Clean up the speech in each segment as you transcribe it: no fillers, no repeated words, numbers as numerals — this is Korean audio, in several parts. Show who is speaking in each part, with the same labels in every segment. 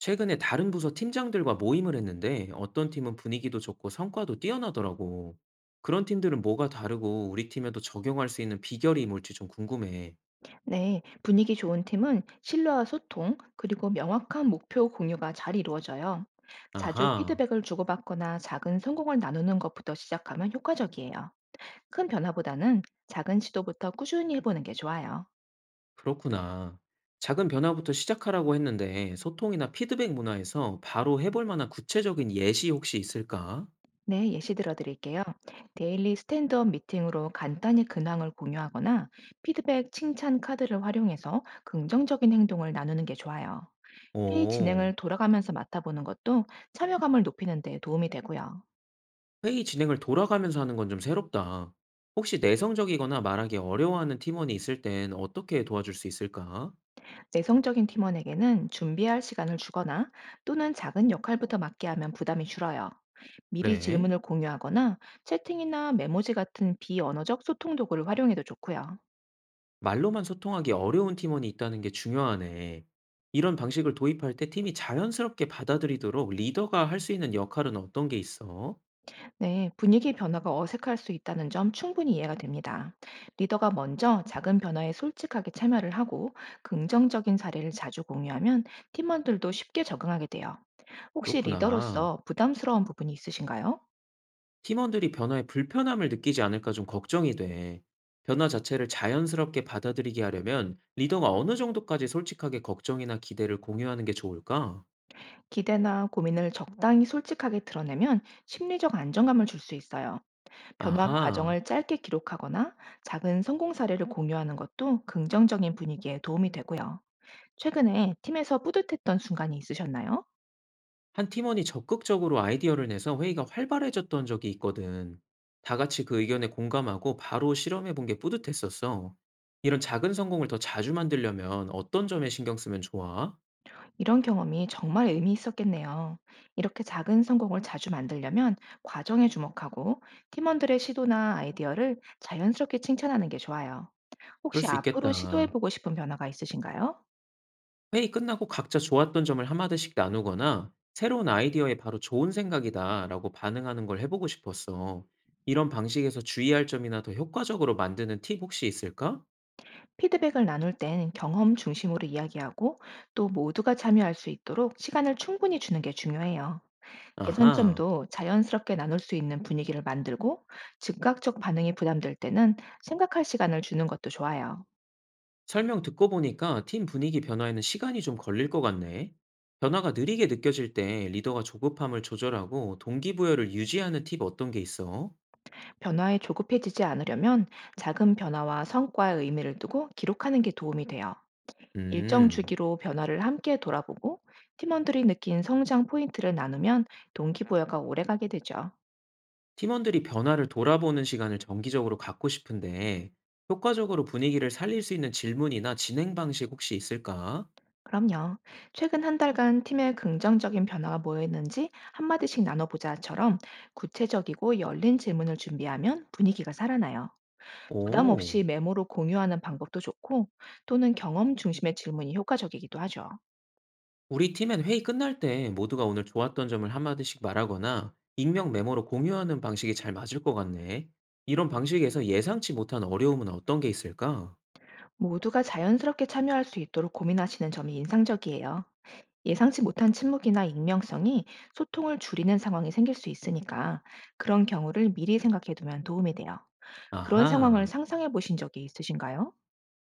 Speaker 1: 최근에 다른 부서 팀장들과 모임을 했는데 어떤 팀은 분위기도 좋고 성과도 뛰어나더라고. 그런 팀들은 뭐가 다르고 우리 팀에도 적용할 수 있는 비결이 뭘지 좀 궁금해.
Speaker 2: 네, 분위기 좋은 팀은 신뢰와 소통, 그리고 명확한 목표 공유가 잘 이루어져요. 자주
Speaker 1: 아하,
Speaker 2: 피드백을 주고받거나 작은 성공을 나누는 것부터 시작하면 효과적이에요. 큰 변화보다는 작은 시도부터 꾸준히 해보는 게 좋아요.
Speaker 1: 그렇구나. 작은 변화부터 시작하라고 했는데 소통이나 피드백 문화에서 바로 해볼 만한 구체적인 예시 혹시 있을까?
Speaker 2: 네, 예시 들어드릴게요. 데일리 스탠드업 미팅으로 간단히 근황을 공유하거나, 피드백 칭찬 카드를 활용해서 긍정적인 행동을 나누는 게 좋아요. 회의
Speaker 1: 오,
Speaker 2: 진행을 돌아가면서 맡아보는 것도 참여감을 높이는 데 도움이 되고요.
Speaker 1: 회의 진행을 돌아가면서 하는 건 좀 새롭다. 혹시 내성적이거나 말하기 어려워하는 팀원이 있을 땐 어떻게 도와줄 수 있을까?
Speaker 2: 내성적인 팀원에게는 준비할 시간을 주거나, 또는 작은 역할부터 맡게 하면 부담이 줄어요. 미리
Speaker 1: 그래.
Speaker 2: 질문을 공유하거나, 채팅이나 메모지 같은 비언어적 소통 도구를 활용해도 좋고요.
Speaker 1: 말로만 소통하기 어려운 팀원이 있다는 게 중요하네. 이런 방식을 도입할 때 팀이 자연스럽게 받아들이도록 리더가 할 수 있는 역할은 어떤 게 있어?
Speaker 2: 네, 분위기 변화가 어색할 수 있다는 점 충분히 이해가 됩니다. 리더가 먼저 작은 변화에 솔직하게 참여를 하고, 긍정적인 사례를 자주 공유하면 팀원들도 쉽게 적응하게 돼요. 혹시
Speaker 1: 그렇구나.
Speaker 2: 리더로서 부담스러운 부분이 있으신가요?
Speaker 1: 팀원들이 변화에 불편함을 느끼지 않을까 좀 걱정이 돼. 변화 자체를 자연스럽게 받아들이게 하려면 리더가 어느 정도까지 솔직하게 걱정이나 기대를 공유하는 게 좋을까?
Speaker 2: 기대나 고민을 적당히 솔직하게 드러내면 심리적 안정감을 줄 수 있어요. 변화
Speaker 1: 아하.
Speaker 2: 과정을 짧게 기록하거나, 작은 성공 사례를 공유하는 것도 긍정적인 분위기에 도움이 되고요. 최근에 팀에서 뿌듯했던 순간이 있으셨나요?
Speaker 1: 한 팀원이 적극적으로 아이디어를 내서 회의가 활발해졌던 적이 있거든. 다 같이 그 의견에 공감하고 바로 실험해 본 게 뿌듯했었어. 이런 작은 성공을 더 자주 만들려면 어떤 점에 신경 쓰면 좋아?
Speaker 2: 이런 경험이 정말 의미 있었겠네요. 이렇게 작은 성공을 자주 만들려면 과정에 주목하고, 팀원들의 시도나 아이디어를 자연스럽게 칭찬하는 게 좋아요.
Speaker 1: 그럴
Speaker 2: 혹시
Speaker 1: 수
Speaker 2: 앞으로
Speaker 1: 있겠다.
Speaker 2: 시도해보고 싶은 변화가 있으신가요?
Speaker 1: 회의 끝나고 각자 좋았던 점을 한마디씩 나누거나 새로운 아이디어에 바로 좋은 생각이다 라고 반응하는 걸 해보고 싶었어. 이런 방식에서 주의할 점이나 더 효과적으로 만드는 팁 혹시 있을까?
Speaker 2: 피드백을 나눌 땐 경험 중심으로 이야기하고, 또 모두가 참여할 수 있도록 시간을 충분히 주는 게 중요해요.
Speaker 1: 아하.
Speaker 2: 개선점도 자연스럽게 나눌 수 있는 분위기를 만들고, 즉각적 반응이 부담될 때는 생각할 시간을 주는 것도 좋아요.
Speaker 1: 설명 듣고 보니까 팀 분위기 변화에는 시간이 좀 걸릴 것 같네. 변화가 느리게 느껴질 때 리더가 조급함을 조절하고 동기부여를 유지하는 팁 어떤 게 있어?
Speaker 2: 변화에 조급해지지 않으려면 작은 변화와 성과의 의미를 두고 기록하는 게 도움이 돼요. 일정
Speaker 1: 음,
Speaker 2: 주기로 변화를 함께 돌아보고, 팀원들이 느낀 성장 포인트를 나누면 동기부여가 오래 가게 되죠.
Speaker 1: 팀원들이 변화를 돌아보는 시간을 정기적으로 갖고 싶은데 효과적으로 분위기를 살릴 수 있는 질문이나 진행 방식 혹시 있을까?
Speaker 2: 그럼요. 최근 한 달간 팀의 긍정적인 변화가 뭐였는지 한마디씩 나눠보자처럼 구체적이고 열린 질문을 준비하면 분위기가 살아나요. 부담
Speaker 1: 오.
Speaker 2: 없이 메모로 공유하는 방법도 좋고, 또는 경험 중심의 질문이 효과적이기도 하죠.
Speaker 1: 우리 팀엔 회의 끝날 때 모두가 오늘 좋았던 점을 한마디씩 말하거나 익명 메모로 공유하는 방식이 잘 맞을 것 같네. 이런 방식에서 예상치 못한 어려움은 어떤 게 있을까?
Speaker 2: 모두가 자연스럽게 참여할 수 있도록 고민하시는 점이 인상적이에요. 예상치 못한 침묵이나 익명성이 소통을 줄이는 상황이 생길 수 있으니까, 그런 경우를 미리 생각해 두면 도움이 돼요. 그런 상황을
Speaker 1: 아하,
Speaker 2: 상상해 보신 적이 있으신가요?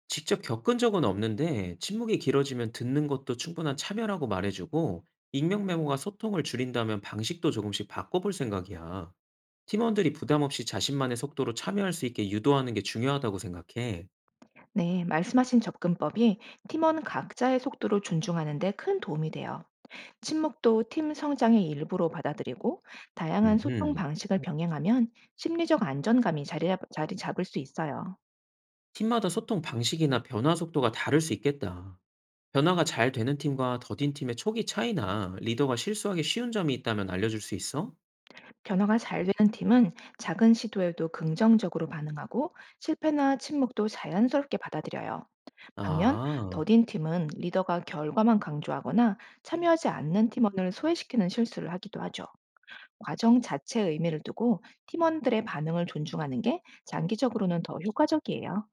Speaker 1: 직접 겪은 적은 없는데 침묵이 길어지면 듣는 것도 충분한 참여라고 말해주고 익명 메모가 소통을 줄인다면 방식도 조금씩 바꿔볼 생각이야. 팀원들이 부담 없이 자신만의 속도로 참여할 수 있게 유도하는 게 중요하다고 생각해.
Speaker 2: 네, 말씀하신 접근법이 팀원 각자의 속도를 존중하는 데 큰 도움이 돼요. 침묵도 팀 성장의 일부로 받아들이고, 다양한 소통
Speaker 1: 음흠.
Speaker 2: 방식을 병행하면 심리적 안정감이 자리 잡을 수 있어요.
Speaker 1: 팀마다 소통 방식이나 변화 속도가 다를 수 있겠다. 변화가 잘 되는 팀과 더딘 팀의 초기 차이나 리더가 실수하기 쉬운 점이 있다면 알려줄 수 있어?
Speaker 2: 변화가 잘 되는 팀은 작은 시도에도 긍정적으로 반응하고, 실패나 침묵도 자연스럽게 받아들여요. 반면
Speaker 1: 아,
Speaker 2: 더딘 팀은 리더가 결과만 강조하거나, 참여하지 않는 팀원을 소외시키는 실수를 하기도 하죠. 과정 자체에 의미를 두고 팀원들의 반응을 존중하는 게 장기적으로는 더 효과적이에요.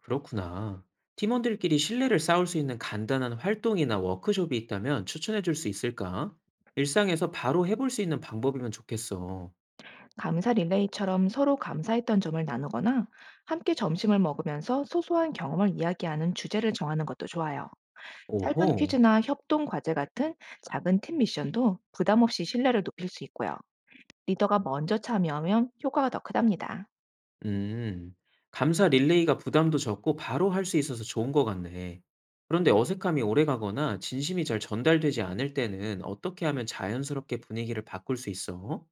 Speaker 1: 그렇구나. 팀원들끼리 신뢰를 쌓을 수 있는 간단한 활동이나 워크숍이 있다면 추천해 줄 수 있을까? 일상에서 바로 해볼 수 있는 방법이면 좋겠어.
Speaker 2: 감사 릴레이처럼 서로 감사했던 점을 나누거나, 함께 점심을 먹으면서 소소한 경험을 이야기하는 주제를 정하는 것도 좋아요. 짧은
Speaker 1: 오호,
Speaker 2: 퀴즈나 협동 과제 같은 작은 팀 미션도 부담 없이 신뢰를 높일 수 있고요. 리더가 먼저 참여하면 효과가 더 크답니다.
Speaker 1: 음, 감사 릴레이가 부담도 적고 바로 할 수 있어서 좋은 것 같네. 그런데 어색함이 오래 가거나 진심이 잘 전달되지 않을 때는 어떻게 하면 자연스럽게 분위기를 바꿀 수 있어?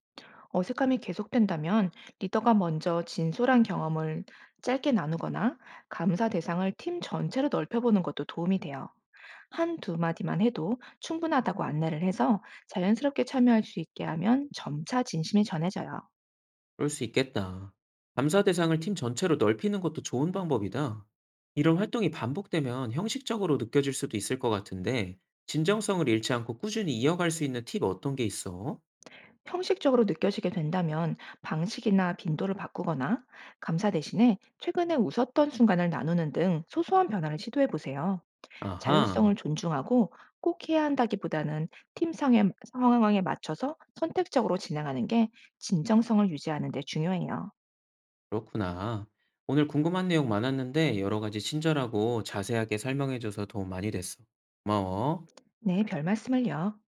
Speaker 2: 어색함이 계속된다면 리더가 먼저 진솔한 경험을 짧게 나누거나, 감사 대상을 팀 전체로 넓혀보는 것도 도움이 돼요. 한 두 마디만 해도 충분하다고 안내를 해서 자연스럽게 참여할 수 있게 하면 점차 진심이 전해져요.
Speaker 1: 그럴 수 있겠다. 감사 대상을 팀 전체로 넓히는 것도 좋은 방법이다. 이런 활동이 반복되면 형식적으로 느껴질 수도 있을 것 같은데, 진정성을 잃지 않고 꾸준히 이어갈 수 있는 팁 어떤 게 있어?
Speaker 2: 형식적으로 느껴지게 된다면 방식이나 빈도를 바꾸거나, 감사 대신에 최근에 웃었던 순간을 나누는 등 소소한 변화를 시도해 보세요.
Speaker 1: 아하,
Speaker 2: 자율성을 존중하고 꼭 해야 한다기보다는 팀 상황에, 맞춰서 선택적으로 진행하는 게 진정성을 유지하는 데 중요해요.
Speaker 1: 그렇구나. 오늘 궁금한 내용 많았는데, 여러 가지 친절하고 자세하게 설명해줘서 도움 많이 됐어. 고마워.
Speaker 2: 네, 별 말씀을요.